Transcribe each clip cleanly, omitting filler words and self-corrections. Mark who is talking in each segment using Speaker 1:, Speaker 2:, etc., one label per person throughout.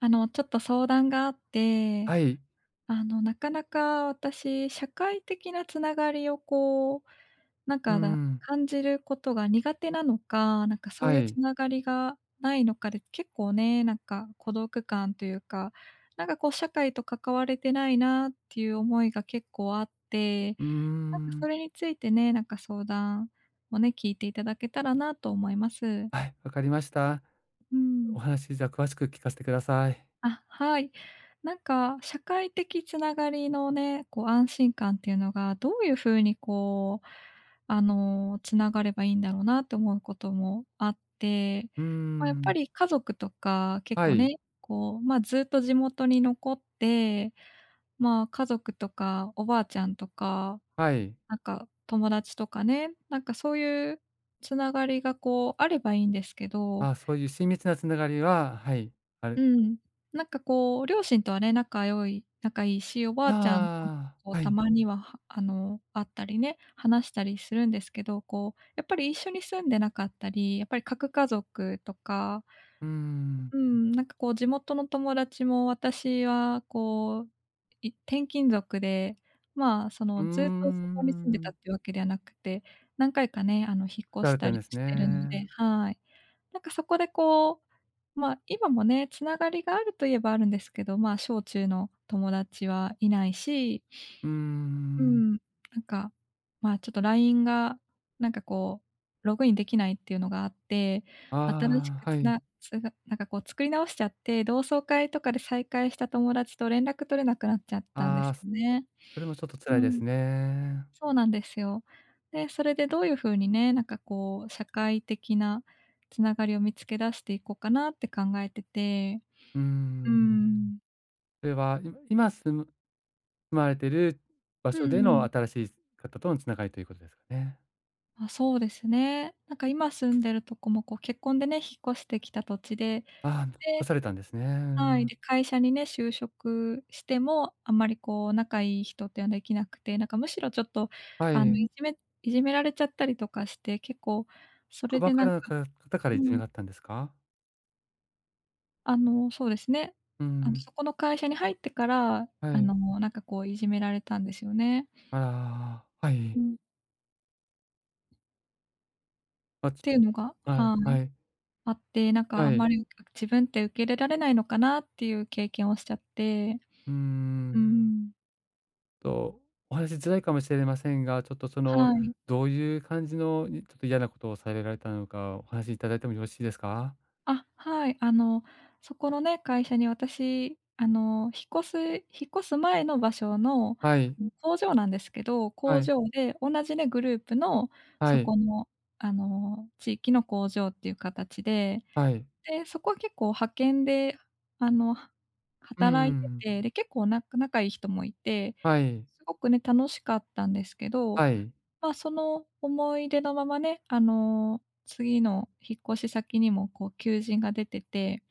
Speaker 1: ちょっと相談があって、
Speaker 2: はい。
Speaker 1: なかなか私、社会的なつながりをこう、なん
Speaker 2: うー
Speaker 1: かだ
Speaker 2: ん。
Speaker 1: 感じることが苦手なのか、なんかそう
Speaker 2: は
Speaker 1: いう
Speaker 2: い。
Speaker 1: つながりがないのかで、結構ね、なんか孤独感というか、なんかこう社会と関われてないなっていう思いが結構あって、
Speaker 2: うー
Speaker 1: なんか
Speaker 2: ん。
Speaker 1: それについてね、なんか相談をね、聞いていただけたらなと思います。
Speaker 2: はい、わかりました。
Speaker 1: うん。
Speaker 2: お話、じゃあ、詳しく聞かせてください。
Speaker 1: あ、はい。なんか、社会的つながりのね、こう安心感っていうのが、どういうふうにこう、つながればいいんだろうなって思うこともあって、
Speaker 2: うー
Speaker 1: まあ、やっぱ
Speaker 2: ん。
Speaker 1: り家族とか結
Speaker 2: は
Speaker 1: 構
Speaker 2: い。
Speaker 1: ね、こう、まあ、ずっと地元に残って、まあ、家族とかおばあちゃんとか、
Speaker 2: はい。
Speaker 1: なんか友達とかね、なんかそういうつながりがこうあればいいんですけど、
Speaker 2: あ、そういう親密なつながりは、はい、あ
Speaker 1: う
Speaker 2: る。
Speaker 1: ん。なんかこう、両親とはね、仲いいし、おばあちゃんと、
Speaker 2: あ
Speaker 1: こう、
Speaker 2: あ、は
Speaker 1: た
Speaker 2: い。
Speaker 1: まには、会ったりね、話したりするんですけど、こう、やっぱり一緒に住んでなかったり、やっぱり核家族とか、
Speaker 2: うーん。
Speaker 1: うん、なんかこう地元の友達も私はこう、転勤族で、まあ、そ
Speaker 2: うー
Speaker 1: の、ずっとそこに住んでたっ
Speaker 2: ん。
Speaker 1: てわけではなくて、何回かね、引っ
Speaker 2: さ
Speaker 1: 越し
Speaker 2: れ
Speaker 1: た
Speaker 2: たん
Speaker 1: り
Speaker 2: です
Speaker 1: してるので、
Speaker 2: ね。
Speaker 1: はい。なんかそこでこう、まあ、今もね、つながりがあるといえばあるんですけど、まあ、小中の友達はいないし、
Speaker 2: うー
Speaker 1: う
Speaker 2: ん。
Speaker 1: ん、なんか、まあ、ちょっと LINE が、なんかこう、ログインできないっていうのがあって、新し
Speaker 2: あ
Speaker 1: く
Speaker 2: あ、は
Speaker 1: つ
Speaker 2: い。
Speaker 1: なつがなんかこう作り直しちゃって、同窓会とかで再会した友達と連絡取れなくなっちゃったんで
Speaker 2: あ
Speaker 1: す
Speaker 2: あ、
Speaker 1: よ
Speaker 2: そ
Speaker 1: ね。
Speaker 2: れもちょっと
Speaker 1: う
Speaker 2: 辛いで
Speaker 1: ん、
Speaker 2: すね。
Speaker 1: そうなんですよ。で、それでどういう風にね、なんかこう、社会的なつながりを見つけ出していこうかなって考えてて。
Speaker 2: うー
Speaker 1: うー
Speaker 2: ん。
Speaker 1: ん。
Speaker 2: それは、今住まれてる場
Speaker 1: うん
Speaker 2: 所
Speaker 1: う
Speaker 2: での
Speaker 1: ん。
Speaker 2: 新しい方とのつながりということですかね？
Speaker 1: あ、そうですね。なんか今住んでるとこもこう結婚でね、引っ越してきた土地で、で、
Speaker 2: ああ、残されたんですね。う
Speaker 1: はい、
Speaker 2: ん。
Speaker 1: で、会社にね、就職しても、あんまりこう仲いい人っていうのはできなくて、なんかむしろちょっと
Speaker 2: は
Speaker 1: あの、
Speaker 2: い。
Speaker 1: いじめいじめられちゃったりとかして、結構それ
Speaker 2: 職場
Speaker 1: で
Speaker 2: か
Speaker 1: なんか、
Speaker 2: らか方から
Speaker 1: う
Speaker 2: いじめ
Speaker 1: ん。
Speaker 2: があったんですか？
Speaker 1: そうですね、
Speaker 2: うん。
Speaker 1: そこの会社に入ってから、
Speaker 2: はい。
Speaker 1: なんかこういじめられたんですよね。
Speaker 2: あら、はい。
Speaker 1: うん。
Speaker 2: ま、
Speaker 1: っ
Speaker 2: ちょ
Speaker 1: ていう
Speaker 2: っ
Speaker 1: のが
Speaker 2: と、はい、
Speaker 1: は
Speaker 2: は
Speaker 1: い。
Speaker 2: い、
Speaker 1: あって、なんかあ
Speaker 2: は
Speaker 1: んま
Speaker 2: い。
Speaker 1: り、自分って受け入れられないのかなっていう経験をしちゃって。
Speaker 2: うー
Speaker 1: う
Speaker 2: ん
Speaker 1: ん。
Speaker 2: と、お話しづらいかもしれませんが、ちょっとその、
Speaker 1: はい。
Speaker 2: どういう感じのにちょっと嫌なことをされられたのか、お話しいただいてもよろしいですか？
Speaker 1: あ、はい。そこのね、会社に私、引っ越す前の場所の、
Speaker 2: はい、
Speaker 1: 工場なんですけど、
Speaker 2: は
Speaker 1: 工
Speaker 2: い、
Speaker 1: 場で同じね、グループの
Speaker 2: は
Speaker 1: そ
Speaker 2: い、
Speaker 1: この、地域の工場っていう形で、
Speaker 2: はい。
Speaker 1: で、そこは結構派遣で、あの、は
Speaker 2: うんう
Speaker 1: 働いて
Speaker 2: ん。
Speaker 1: て、で、結構な仲いい人もいて、
Speaker 2: はい、
Speaker 1: すごくね、楽しかったんですけど、
Speaker 2: はい。
Speaker 1: まあ、その思い出のままね、次の引っ越し先にもこう求人が出てて、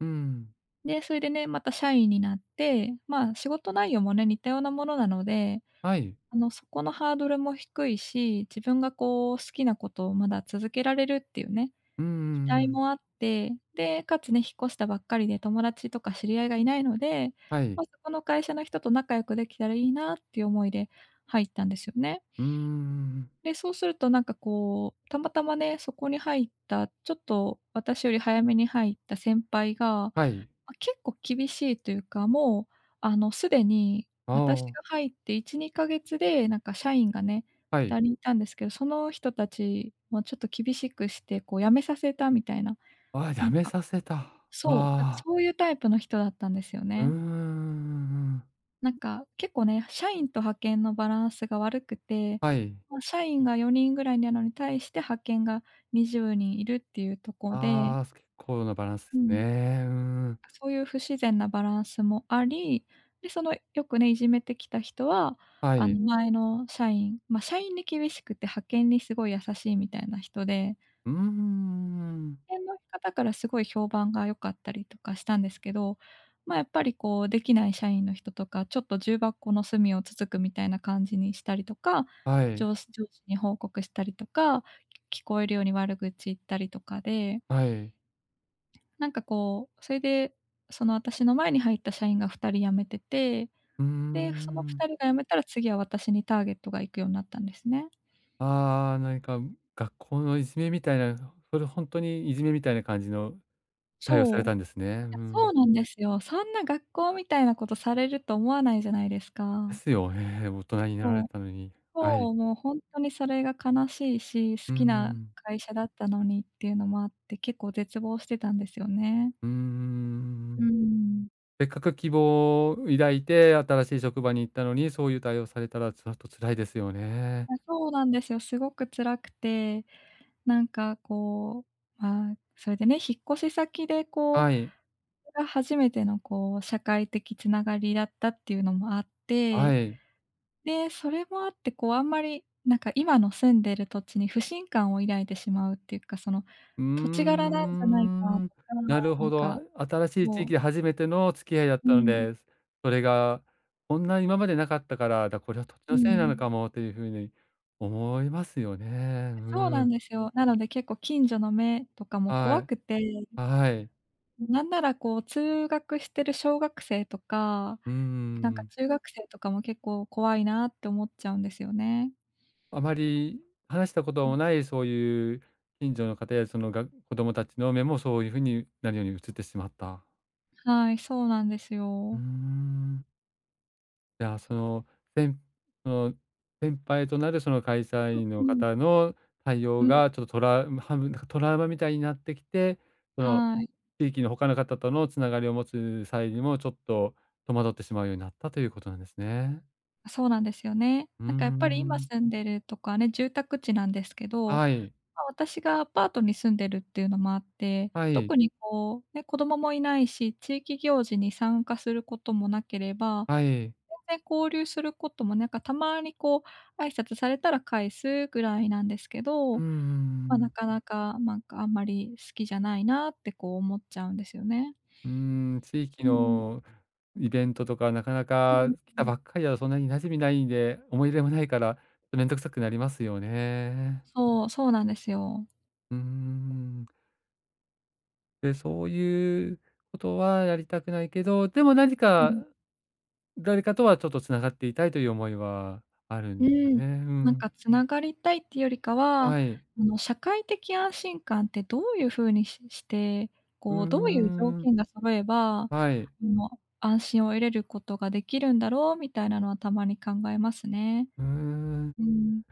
Speaker 2: うん。
Speaker 1: で、それでね、また社員になって、まあ、仕事内容もね、似たようなものなので、
Speaker 2: はい。
Speaker 1: そこのハードルも低いし、自分がこう好きなことをまだ続けられるっていうね、
Speaker 2: うんうん
Speaker 1: 期
Speaker 2: う
Speaker 1: 待
Speaker 2: ん。
Speaker 1: もあって、で、かつね、引っ越したばっかりで友達とか知り合いがいないので、
Speaker 2: は
Speaker 1: ま、
Speaker 2: い。
Speaker 1: そこの会社の人と仲良くできたらいいなっていう思いで入ったんですよね。
Speaker 2: うーん。
Speaker 1: で、そうするとなんかこう、たまたまね、そこに入った、ちょっと私より早めに入った先輩が、
Speaker 2: はい。
Speaker 1: ま、結構厳しいというか、もう、すでに
Speaker 2: あ
Speaker 1: 私
Speaker 2: あ、
Speaker 1: が入って1、2ヶ月で、なんか社員がね、
Speaker 2: はい。
Speaker 1: 2人いたんですけど、その人たちもちょっと厳しくして、こう辞めさせたみたいな、
Speaker 2: ああ、
Speaker 1: な
Speaker 2: や
Speaker 1: ん
Speaker 2: め
Speaker 1: か
Speaker 2: させた。あ
Speaker 1: そう、なんか
Speaker 2: あ、
Speaker 1: そういうタイプの人だったんですよ
Speaker 2: うー
Speaker 1: ね。
Speaker 2: ん、
Speaker 1: なんか結構ね、社員と派遣のバランスが悪くて、
Speaker 2: はい。
Speaker 1: ま、社員が4人ぐらいなのに対して派遣が20人いるっていうとこで、
Speaker 2: ああ、結構なバランスで
Speaker 1: う
Speaker 2: す
Speaker 1: ん、
Speaker 2: ね。うーん。
Speaker 1: そういう不自然なバランスもあり、で、そのよくね、いじめてきた人は、
Speaker 2: は
Speaker 1: あ
Speaker 2: い。
Speaker 1: の前の社員、ま、社員に厳しくて派遣にすごい優しいみたいな人で、
Speaker 2: うーん。
Speaker 1: 辺の方からすごい評判が良かったりとかしたんですけど、まあ、やっぱりこうできない社員の人とか、ちょっと重箱の隅をつつくみたいな感じにしたりとか、
Speaker 2: はい、
Speaker 1: 上司に報告したりとか、聞こえるように悪口言ったりとかで、
Speaker 2: はい。
Speaker 1: なんかこう、それで、その私の前に入った社員が2人辞めてて、
Speaker 2: うー
Speaker 1: で、その
Speaker 2: ん。
Speaker 1: 2人が辞めたら次は私にターゲットが行くようになったんですね。
Speaker 2: ああ、何か学校のいじめみたいな、それ本当にいじめみたいな感じの対応さ
Speaker 1: そ
Speaker 2: れ
Speaker 1: う。い
Speaker 2: たんですね。う
Speaker 1: や、そ
Speaker 2: ん。
Speaker 1: うなんですよ。そんな学校みたいなことされると思わないじゃないです
Speaker 2: で
Speaker 1: か。
Speaker 2: すよね、大人になら
Speaker 1: そ
Speaker 2: れ
Speaker 1: う、
Speaker 2: たのに。はい。
Speaker 1: そう、もうほんとにそれが悲しいし、
Speaker 2: う
Speaker 1: 好
Speaker 2: ん
Speaker 1: きな
Speaker 2: うん。
Speaker 1: 会社だったのにっていうのもあって、結構絶望してたんですよね。
Speaker 2: うー
Speaker 1: う
Speaker 2: ん
Speaker 1: ー
Speaker 2: うー。
Speaker 1: ん。
Speaker 2: せっかく希望を抱いて新しい職場に行ったのに、そういう対応されたらちょっと辛いですよね。
Speaker 1: あ、そうなんですよ。すごく辛くて、なんかこう、まあ、それでね、引っ越し先でこう、
Speaker 2: はい、
Speaker 1: それが初めてのこう、社会的つながりだったっていうのもあって、
Speaker 2: はい。
Speaker 1: で、それもあってこう、あんまり、なんか今の住んでる土地に不信感を抱いてしまうっていうか、その、
Speaker 2: うー
Speaker 1: 土地柄なんじゃないかと
Speaker 2: ん、な
Speaker 1: か、
Speaker 2: る
Speaker 1: なん
Speaker 2: ほど。
Speaker 1: か
Speaker 2: 新しい地
Speaker 1: も
Speaker 2: 域
Speaker 1: う、
Speaker 2: で初めての付き合いだっ
Speaker 1: う
Speaker 2: たの
Speaker 1: ん、
Speaker 2: で、それがこんな今までなかったから、だ、これは土地
Speaker 1: う
Speaker 2: のせいなの
Speaker 1: ん。
Speaker 2: かもというふうに思いますよね。
Speaker 1: そう
Speaker 2: う
Speaker 1: なん
Speaker 2: ん。
Speaker 1: ですよ。なので結構近所の目とかも怖
Speaker 2: は
Speaker 1: く
Speaker 2: い、
Speaker 1: て、
Speaker 2: はい。
Speaker 1: なんならこう通学してる小学生とか、
Speaker 2: うー
Speaker 1: なんか
Speaker 2: ん。
Speaker 1: 中学生とかも結構怖いなって思っちゃうんですよね。
Speaker 2: あまり話したこと
Speaker 1: うん。
Speaker 2: もない、そういう近所の方や、その、が子供たちの目もそういう風になるように映ってしまった。
Speaker 1: はい、そうなんです
Speaker 2: うー
Speaker 1: よ。
Speaker 2: ん。じゃあ、その、せんその、先輩となるその会社員
Speaker 1: う
Speaker 2: の
Speaker 1: ん、う
Speaker 2: 方
Speaker 1: ん。
Speaker 2: の対
Speaker 1: う
Speaker 2: 応
Speaker 1: ん、
Speaker 2: がちょっとトラウマ半分、なんかトラウマみたいになってきて、その
Speaker 1: はい、
Speaker 2: 地域の他の方とのつながりを持つ際にもちょっと戸惑ってしまうようになったということなんですね。
Speaker 1: そうなんですよね。
Speaker 2: うー
Speaker 1: なんかやっぱり今
Speaker 2: ん。
Speaker 1: 住んでるとこはね、住宅地なんですけど、
Speaker 2: はい。
Speaker 1: ま、私がアパートに住んでるっていうのもあって、
Speaker 2: はい。
Speaker 1: 特にこう、ね、子供もいないし、地域行事に参加することもなければ、
Speaker 2: はい。
Speaker 1: 全然交流することもなんかたまにこう、挨拶されたら返すぐらいなんですけ
Speaker 2: うん
Speaker 1: ど、
Speaker 2: うんう
Speaker 1: ま、な
Speaker 2: ん。
Speaker 1: かなか、なんかあんまり好きじゃないなってこう思っちゃうんですよね。
Speaker 2: うーん、地域
Speaker 1: うん。
Speaker 2: のイベントとか、なかな
Speaker 1: う
Speaker 2: か
Speaker 1: ん
Speaker 2: 来
Speaker 1: う
Speaker 2: た
Speaker 1: ん、
Speaker 2: ばっかりだとそんなに馴染みないんで、思い入れもないから、ちょっとめんどくさくなりますよね。
Speaker 1: そう、そうなんですよ。
Speaker 2: うーん。で、そういうことはやりたくないけど、でも何
Speaker 1: う
Speaker 2: か、
Speaker 1: ん、
Speaker 2: 誰かとはちょっとつながっていたいという思いはあるん
Speaker 1: う
Speaker 2: ですか
Speaker 1: ーん、
Speaker 2: ね。う
Speaker 1: なんか
Speaker 2: ん。
Speaker 1: つながりたいっていうよりかは、
Speaker 2: はい。
Speaker 1: 社会的安心感ってどういう風にして、
Speaker 2: うー
Speaker 1: こう、どういう条
Speaker 2: ん。
Speaker 1: 件が揃えば、
Speaker 2: はい。
Speaker 1: の、安心を得れることができるんだろうみたいなのはたまに考えますね。
Speaker 2: うーん。
Speaker 1: うん、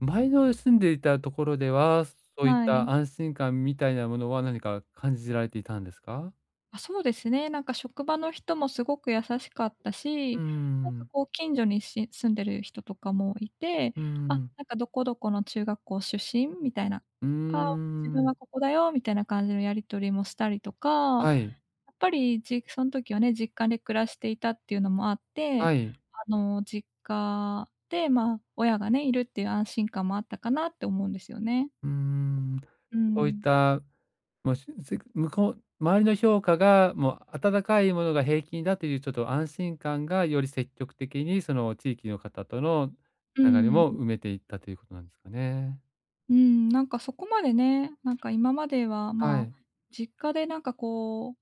Speaker 2: 前の住んでいたところでは、そういっ
Speaker 1: はい。
Speaker 2: た安心感みたいなものは何か感じられていたんですか？
Speaker 1: あ、そうですね。なんか職場の人もすごく優しかった
Speaker 2: うー
Speaker 1: し、なんか
Speaker 2: ん、
Speaker 1: こう近所に住んでる人とかもいて、
Speaker 2: うー
Speaker 1: あ、
Speaker 2: ん、
Speaker 1: なんかどこどこの中学校出身みたいな、
Speaker 2: うー
Speaker 1: あ、自分は
Speaker 2: ん、
Speaker 1: ここだよみたいな感じのやり取りもしたりとか、
Speaker 2: はい、
Speaker 1: やっぱりその時はね、実家で暮らしていたっていうのもあって、
Speaker 2: はい、
Speaker 1: 実家で、まあ、親がね、いるっていう安心感もあったかなって思うんですよね。
Speaker 2: うーん、
Speaker 1: う
Speaker 2: そういっ
Speaker 1: ん。
Speaker 2: た、もう、向こう周りの評価が、もう温かいものが平均だというちょっと安心感が、より積極的にその地域の方との
Speaker 1: う
Speaker 2: 流れ
Speaker 1: ん。
Speaker 2: も埋めていったということなんですかね。
Speaker 1: うん、なんかそこまでね、なんか今までは、
Speaker 2: は
Speaker 1: まあ、
Speaker 2: い。
Speaker 1: 実家でなんかこ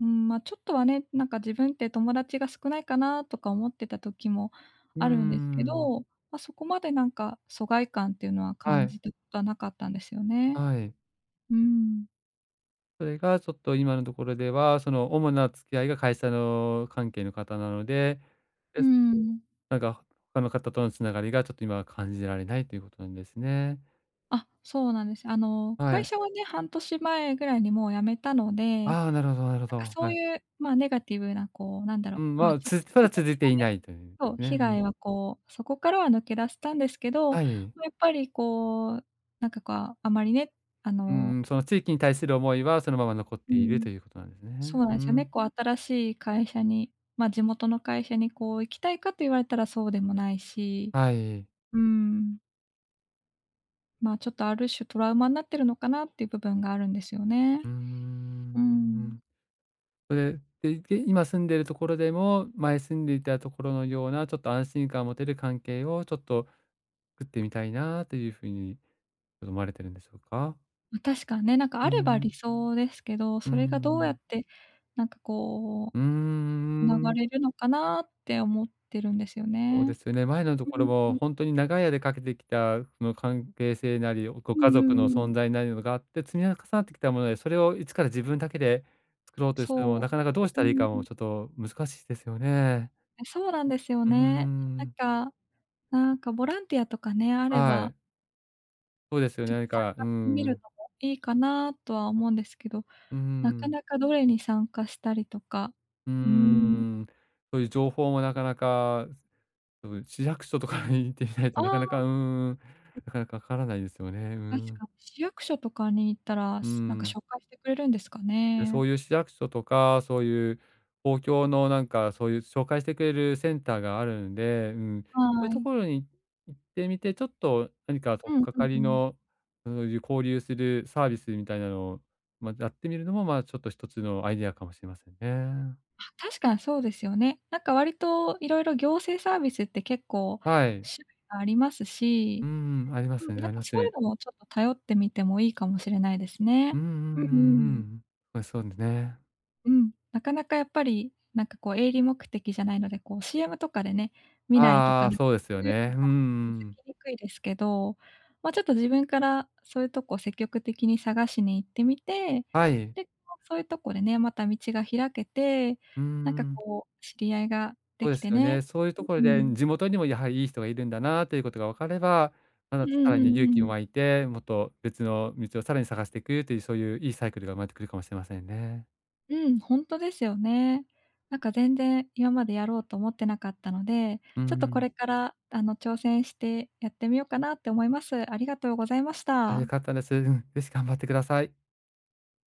Speaker 1: う、うん、ま、ちょっとはね、なんか自分って友達が少ないかなとか思ってた時も
Speaker 2: うー
Speaker 1: あるんですけ
Speaker 2: ん、
Speaker 1: ど、まあ、そこまでなんか疎外感っていうのは
Speaker 2: は
Speaker 1: 感
Speaker 2: い、
Speaker 1: じたことはなかったんですよね。
Speaker 2: はい。
Speaker 1: うん。
Speaker 2: それがちょっと今のところでは、その主な付き合いが会社の関係の方なので、
Speaker 1: うん。
Speaker 2: なんか、他の方とのつながりがちょっと今は感じられないということなんですね。
Speaker 1: あ、そうなんです。
Speaker 2: は
Speaker 1: 会
Speaker 2: い。
Speaker 1: 社はね、半年前ぐらいにもう辞めたので、な
Speaker 2: ああ、なるほどなるほ
Speaker 1: んか
Speaker 2: ど。
Speaker 1: そ
Speaker 2: は
Speaker 1: う
Speaker 2: い。
Speaker 1: いう、まあ、ネガティブなこう、なんだろ
Speaker 2: う
Speaker 1: う、
Speaker 2: ん、
Speaker 1: ま、
Speaker 2: ま
Speaker 1: 直
Speaker 2: あ、
Speaker 1: 接
Speaker 2: まだ続
Speaker 1: 的
Speaker 2: いて
Speaker 1: な
Speaker 2: い
Speaker 1: ね、
Speaker 2: ないという
Speaker 1: そう、
Speaker 2: ね。
Speaker 1: 被
Speaker 2: うん。
Speaker 1: 害はこう、そこからは抜け出したんですけど、
Speaker 2: は
Speaker 1: ま、
Speaker 2: い。
Speaker 1: やっぱりこう、なんかこうあまりね、あ
Speaker 2: う
Speaker 1: の
Speaker 2: ん、その地域に対する思いはそのまま残っ
Speaker 1: う
Speaker 2: ていると
Speaker 1: ん。
Speaker 2: いうことなんですね。
Speaker 1: そうな
Speaker 2: う
Speaker 1: んですよね、
Speaker 2: ん。
Speaker 1: こう新しい会社に、ま、地元の会社にこう行きたいかと言われたらそうでもないし、
Speaker 2: はい。
Speaker 1: うーん、ま、ちょっとある種トラウマになってるのかなっていう部分があるんですよね。
Speaker 2: うー
Speaker 1: うーん。
Speaker 2: ん。それで、で、今住んでいるところでも、前住んでいたところのようなちょっと安心感を持てる関係をちょっと作ってみたいなというふうにちょっと思われてるんでしょうか？
Speaker 1: ま、確かにね、なんか
Speaker 2: う
Speaker 1: あれば理
Speaker 2: ん。
Speaker 1: 想ですけど、
Speaker 2: う
Speaker 1: それがどうやっ
Speaker 2: ん。
Speaker 1: て、なんかこ
Speaker 2: うー
Speaker 1: う、流
Speaker 2: ん、
Speaker 1: れるのかなって思ってるんですよ
Speaker 2: そう
Speaker 1: ね。
Speaker 2: ですよね。前のと
Speaker 1: う
Speaker 2: ころも
Speaker 1: ん。
Speaker 2: 本当に長い間かけてきた、その関係性なり、ご
Speaker 1: う
Speaker 2: 家
Speaker 1: んう
Speaker 2: 族の
Speaker 1: んうん。
Speaker 2: 存在なりのがあって、積み重なってきたもので、それをいつから自分だけで作ろうとしても、
Speaker 1: そう。
Speaker 2: なかなかどうし
Speaker 1: う
Speaker 2: たらいい
Speaker 1: んうん
Speaker 2: か
Speaker 1: う
Speaker 2: も
Speaker 1: ん。
Speaker 2: ちょっと難しいですよね。
Speaker 1: え、そうなんですよ
Speaker 2: うー
Speaker 1: ね。なん
Speaker 2: ん、
Speaker 1: かなんかボランティアとかね、あれ
Speaker 2: は
Speaker 1: ば、
Speaker 2: い、そうですよ
Speaker 1: ちょ
Speaker 2: ね、
Speaker 1: っと
Speaker 2: 何
Speaker 1: 参
Speaker 2: か、う
Speaker 1: 加
Speaker 2: ー
Speaker 1: してみる
Speaker 2: ん、
Speaker 1: のもいいかなとは思うんですけど、
Speaker 2: うー
Speaker 1: なか
Speaker 2: ん、
Speaker 1: なかどれに参加したりとか、
Speaker 2: うー
Speaker 1: うーん、
Speaker 2: ん、そういう情報もなかなか、そういう市役所とかに行ってみないと
Speaker 1: あ
Speaker 2: なかな
Speaker 1: あ、
Speaker 2: か、うーん、なかなかわからないですよね。うー
Speaker 1: 確
Speaker 2: ん、
Speaker 1: かに市役所とかに行ったら、
Speaker 2: うー
Speaker 1: なんか
Speaker 2: ん。
Speaker 1: 紹介してくれるんですか
Speaker 2: で、そ
Speaker 1: ね。
Speaker 2: ういう市役所とか、そういう公共のなんか、そういう紹介してくれるセンターがあるんで、うん、そうい
Speaker 1: は
Speaker 2: うと
Speaker 1: い。
Speaker 2: ころに行ってみて、ちょっと何か
Speaker 1: う
Speaker 2: 取っ
Speaker 1: ん
Speaker 2: か
Speaker 1: うん
Speaker 2: か
Speaker 1: う
Speaker 2: り
Speaker 1: ん。
Speaker 2: の、そういう交流するサービスみたいなのを、まあ、やってみるのも、まあ、ちょっと一つのアイデアかもしれませんね。
Speaker 1: あ、確かにそうですよね。なんか割と色々行政サービスって結構
Speaker 2: はい。
Speaker 1: 種類があります
Speaker 2: う
Speaker 1: し、
Speaker 2: ん、ありま
Speaker 1: うん、
Speaker 2: すね、
Speaker 1: なん
Speaker 2: あり
Speaker 1: か
Speaker 2: ま
Speaker 1: そういう
Speaker 2: す。
Speaker 1: のもちょっと頼ってみてもいいかもしれないです
Speaker 2: う
Speaker 1: ね。
Speaker 2: んうんう
Speaker 1: うんう
Speaker 2: んう
Speaker 1: ん。
Speaker 2: ん。ま、そうですね。
Speaker 1: うん、なかなかやっぱり、なんかこう営利目的じゃないので、こう CM とかでね、見ないと
Speaker 2: あ
Speaker 1: か、
Speaker 2: あ、
Speaker 1: なんか
Speaker 2: そうです
Speaker 1: そ
Speaker 2: よ
Speaker 1: ういうの
Speaker 2: ね。う
Speaker 1: が気づ
Speaker 2: ん、
Speaker 1: きにくいですけど、ま、ちょっと自分からそういうとこ積極的に探しに行ってみて、
Speaker 2: はい。
Speaker 1: で、こう、そういうとこでね、また道が開けて、
Speaker 2: う
Speaker 1: なんか
Speaker 2: ん。
Speaker 1: こう知り合いがで
Speaker 2: そうで
Speaker 1: き
Speaker 2: す
Speaker 1: て
Speaker 2: よ
Speaker 1: ね、
Speaker 2: ね。そういうとこ
Speaker 1: う
Speaker 2: ろで、
Speaker 1: ん。
Speaker 2: 地元にもやはりいい人がいるんだなということが分かれば、ま
Speaker 1: う
Speaker 2: だ
Speaker 1: ん
Speaker 2: さ
Speaker 1: うん
Speaker 2: ら
Speaker 1: う
Speaker 2: に
Speaker 1: ん
Speaker 2: 勇
Speaker 1: う
Speaker 2: 気も
Speaker 1: ん。
Speaker 2: 湧いて、もっと別の道をさらに探していくという、そういういいサイクルが生まれてくるかもしれませんね。
Speaker 1: うん、本当ですよね。なんか全然今までやろうと思ってなかったので、
Speaker 2: う
Speaker 1: ちょっとこ
Speaker 2: ん。
Speaker 1: れから挑戦してやってみようかなって思います。ありがとうございまし
Speaker 2: あ、よ
Speaker 1: た。
Speaker 2: かったです。うん、ぜひ頑張ってください。